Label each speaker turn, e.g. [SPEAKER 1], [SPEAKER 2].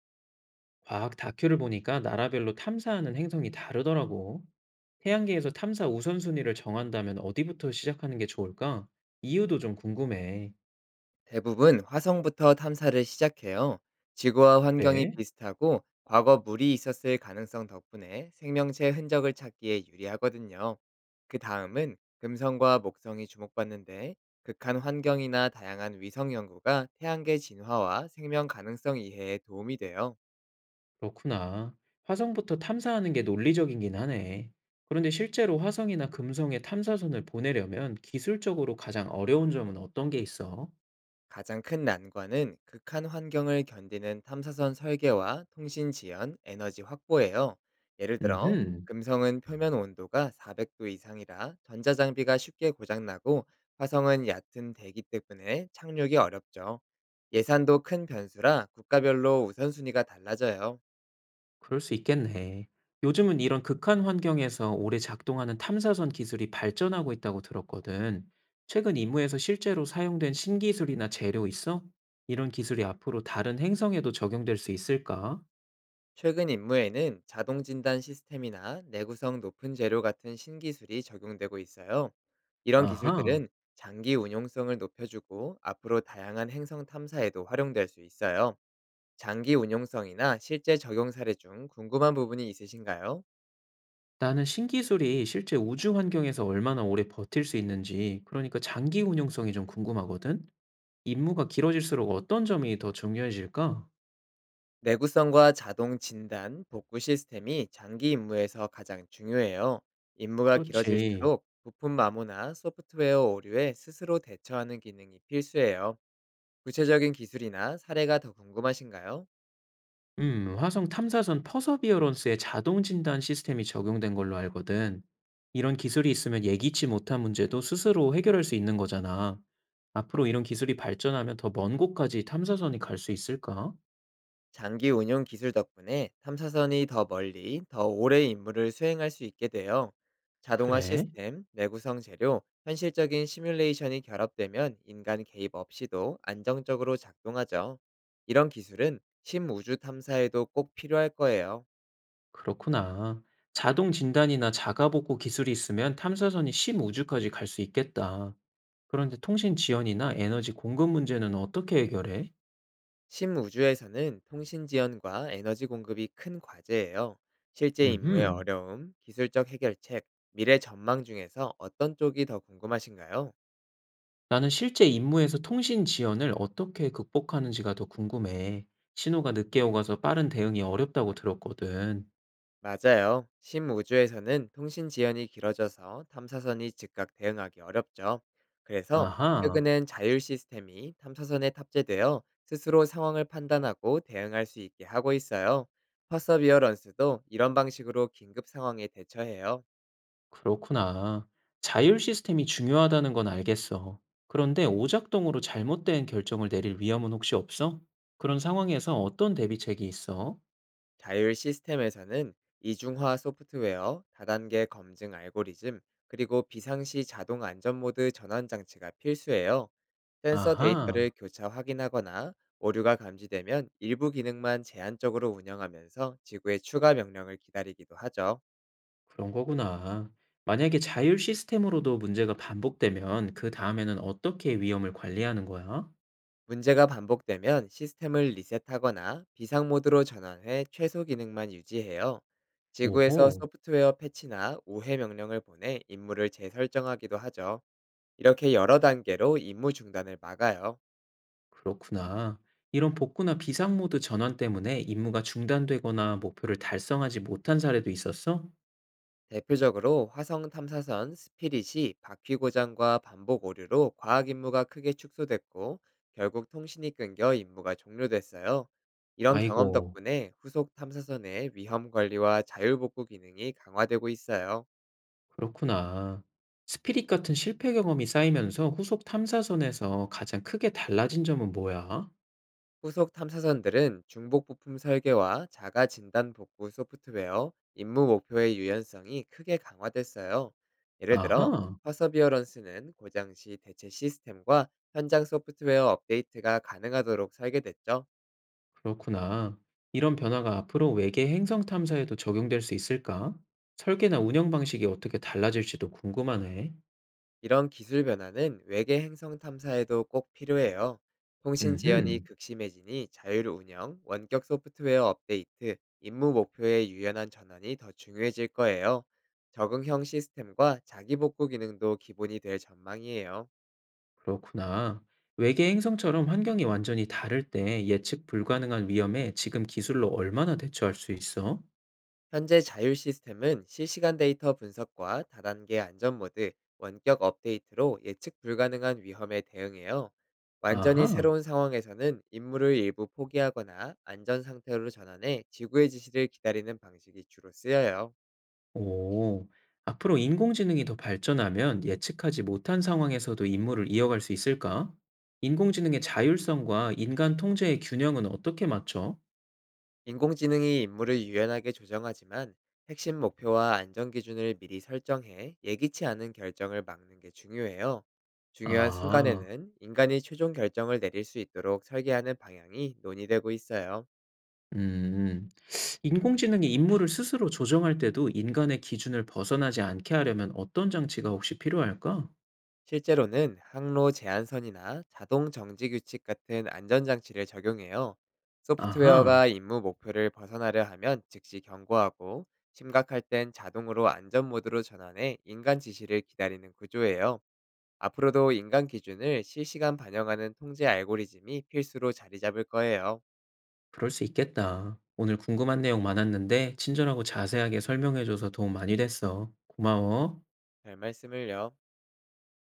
[SPEAKER 1] 과학 다큐를 보니까 나라별로 탐사하는 행성이 다르더라고. 태양계에서 탐사 우선순위를 정한다면 어디부터 시작하는 게 좋을까? 이유도 좀 궁금해.
[SPEAKER 2] 대부분 화성부터 탐사를 시작해요. 지구와 환경이
[SPEAKER 1] 그래?
[SPEAKER 2] 비슷하고 과거 물이 있었을 가능성 덕분에 생명체 흔적을 찾기에 유리하거든요. 그 다음은 금성과 목성이 주목받는데 극한 환경이나 다양한 위성 연구가 태양계 진화와 생명 가능성 이해에 도움이 돼요.
[SPEAKER 1] 그렇구나. 화성부터 탐사하는 게 논리적이긴 하네. 그런데 실제로 화성이나 금성에 탐사선을 보내려면 기술적으로 가장 어려운 점은 어떤 게 있어?
[SPEAKER 2] 가장 큰 난관은 극한 환경을 견디는 탐사선 설계와 통신 지연, 에너지 확보예요. 예를 들어,
[SPEAKER 1] 음흠.
[SPEAKER 2] 금성은 표면 온도가 400도 이상이라 전자장비가 쉽게 고장나고 화성은 얕은 대기 때문에 착륙이 어렵죠. 예산도 큰 변수라 국가별로 우선순위가 달라져요.
[SPEAKER 1] 그럴 수 있겠네. 요즘은 이런 극한 환경에서 오래 작동하는 탐사선 기술이 발전하고 있다고 들었거든. 최근 임무에서 실제로 사용된 신기술이나 재료 있어? 이런 기술이 앞으로 다른 행성에도 적용될 수 있을까?
[SPEAKER 2] 최근 임무에는 자동 진단 시스템이나 내구성 높은 재료 같은 신기술이 적용되고 있어요. 이런
[SPEAKER 1] 아하.
[SPEAKER 2] 기술들은 장기 운용성을 높여주고 앞으로 다양한 행성 탐사에도 활용될 수 있어요. 장기 운용성이나 실제 적용 사례 중 궁금한 부분이 있으신가요?
[SPEAKER 1] 나는 신기술이 실제 우주 환경에서 얼마나 오래 버틸 수 있는지, 그러니까 장기 운용성이 좀 궁금하거든? 임무가 길어질수록 어떤 점이 더 중요해질까?
[SPEAKER 2] 내구성과 자동 진단, 복구 시스템이 장기 임무에서 가장 중요해요. 임무가
[SPEAKER 1] 그렇지.
[SPEAKER 2] 길어질수록 부품 마모나 소프트웨어 오류에 스스로 대처하는 기능이 필수예요. 구체적인 기술이나 사례가 더 궁금하신가요?
[SPEAKER 1] 화성 탐사선 퍼서비어런스에 자동 진단 시스템이 적용된 걸로 알거든. 이런 기술이 있으면 예기치 못한 문제도 스스로 해결할 수 있는 거잖아. 앞으로 이런 기술이 발전하면 더 먼 곳까지 탐사선이 갈 수 있을까?
[SPEAKER 2] 장기 운용 기술 덕분에 탐사선이 더 멀리, 더 오래 임무를 수행할 수 있게 되어 자동화
[SPEAKER 1] 그래,
[SPEAKER 2] 시스템, 내구성 재료, 현실적인 시뮬레이션이 결합되면 인간 개입 없이도 안정적으로 작동하죠. 이런 기술은 심우주 탐사에도 꼭 필요할 거예요.
[SPEAKER 1] 그렇구나. 자동 진단이나 자가복구 기술이 있으면 탐사선이 심우주까지 갈 수 있겠다. 그런데 통신 지연이나 에너지 공급 문제는 어떻게 해결해?
[SPEAKER 2] 신우주에서는 통신 지원과 에너지 공급이 큰 과제예요. 실제 임무의
[SPEAKER 1] 음흠.
[SPEAKER 2] 어려움, 기술적 해결책, 미래 전망 중에서 어떤 쪽이 더 궁금하신가요?
[SPEAKER 1] 나는 실제 임무에서 통신 지연을 어떻게 극복하는지가 더 궁금해. 신호가 늦게 오가서 빠른 대응이 어렵다고 들었거든.
[SPEAKER 2] 맞아요. 신우주에서는 통신 지연이 길어져서 탐사선이 즉각 대응하기 어렵죠. 그래서
[SPEAKER 1] 아하,
[SPEAKER 2] 최근엔 자율 시스템이 탐사선에 탑재되어 스스로 상황을 판단하고 대응할 수 있게 하고 있어요. 퍼서비어런스도 이런 방식으로 긴급 상황에 대처해요.
[SPEAKER 1] 그렇구나. 자율 시스템이 중요하다는 건 알겠어. 그런데 오작동으로 잘못된 결정을 내릴 위험은 혹시 없어? 그런 상황에서 어떤 대비책이 있어?
[SPEAKER 2] 자율 시스템에서는 이중화 소프트웨어, 다단계 검증 알고리즘, 그리고 비상시 자동 안전 모드 전환 장치가 필수예요. 센서
[SPEAKER 1] 아하,
[SPEAKER 2] 데이터를 교차 확인하거나 오류가 감지되면 일부 기능만 제한적으로 운영하면서 지구의 추가 명령을 기다리기도 하죠.
[SPEAKER 1] 그런 거구나. 만약에 자율 시스템으로도 문제가 반복되면 그 다음에는 어떻게 위험을 관리하는 거야?
[SPEAKER 2] 문제가 반복되면 시스템을 리셋하거나 비상 모드로 전환해 최소 기능만 유지해요. 지구에서
[SPEAKER 1] 오호.
[SPEAKER 2] 소프트웨어 패치나 우회 명령을 보내 임무를 재설정하기도 하죠. 이렇게 여러 단계로 임무 중단을 막아요.
[SPEAKER 1] 그렇구나. 이런 복구나 비상 모드 전환 때문에 임무가 중단되거나 목표를 달성하지 못한 사례도 있었어?
[SPEAKER 2] 대표적으로 화성 탐사선 스피릿이 바퀴 고장과 반복 오류로 과학 임무가 크게 축소됐고 결국 통신이 끊겨 임무가 종료됐어요. 이런 경험
[SPEAKER 1] 아이고,
[SPEAKER 2] 덕분에 후속 탐사선의 위험 관리와 자율복구 기능이 강화되고 있어요.
[SPEAKER 1] 그렇구나. 스피릿 같은 실패 경험이 쌓이면서 후속 탐사선에서 가장 크게 달라진 점은 뭐야?
[SPEAKER 2] 후속 탐사선들은 중복 부품 설계와 자가 진단 복구 소프트웨어, 임무 목표의 유연성이 크게 강화됐어요. 예를 들어,
[SPEAKER 1] 아하,
[SPEAKER 2] 퍼서비어런스는 고장 시 대체 시스템과 현장 소프트웨어 업데이트가 가능하도록 설계됐죠.
[SPEAKER 1] 그렇구나. 이런 변화가 앞으로 외계 행성 탐사에도 적용될 수 있을까? 설계나 운영 방식이 어떻게 달라질지도 궁금하네.
[SPEAKER 2] 이런 기술 변화는 외계 행성 탐사에도 꼭 필요해요. 통신 지연이
[SPEAKER 1] 음흠.
[SPEAKER 2] 극심해지니 자율 운영, 원격 소프트웨어 업데이트, 임무 목표의 유연한 전환이 더 중요해질 거예요. 적응형 시스템과 자기 복구 기능도 기본이 될 전망이에요.
[SPEAKER 1] 그렇구나. 외계 행성처럼 환경이 완전히 다를 때 예측 불가능한 위험에 지금 기술로 얼마나 대처할 수 있어?
[SPEAKER 2] 현재 자율 시스템은 실시간 데이터 분석과 다단계 안전 모드, 원격 업데이트로 예측 불가능한 위험에 대응해요. 완전히
[SPEAKER 1] 아하.
[SPEAKER 2] 새로운 상황에서는 임무를 일부 포기하거나 안전 상태로 전환해 지구의 지시를 기다리는 방식이 주로 쓰여요.
[SPEAKER 1] 오. 앞으로 인공지능이 더 발전하면 예측하지 못한 상황에서도 임무를 이어갈 수 있을까? 인공지능의 자율성과 인간 통제의 균형은 어떻게 맞춰?
[SPEAKER 2] 인공지능이 임무를 유연하게 조정하지만 핵심 목표와 안전 기준을 미리 설정해 예기치 않은 결정을 막는 게 중요해요. 중요한
[SPEAKER 1] 아,
[SPEAKER 2] 순간에는 인간이 최종 결정을 내릴 수 있도록 설계하는 방향이 논의되고 있어요.
[SPEAKER 1] 음. 인공지능이 임무를 스스로 조정할 때도 인간의 기준을 벗어나지 않게 하려면 어떤 장치가 혹시 필요할까?
[SPEAKER 2] 실제로는 항로 제한선이나 자동 정지 규칙 같은 안전장치를 적용해요.
[SPEAKER 1] 아하.
[SPEAKER 2] 소프트웨어가 임무 목표를 벗어나려 하면 즉시 경고하고 심각할 땐 자동으로 안전 모드로 전환해 인간 지시를 기다리는 구조예요. 앞으로도 인간 기준을 실시간 반영하는 통제 알고리즘이 필수로 자리 잡을 거예요.
[SPEAKER 1] 그럴 수 있겠다. 오늘 궁금한 내용 많았는데 친절하고 자세하게 설명해줘서 도움 많이 됐어. 고마워.
[SPEAKER 2] 별 말씀을요.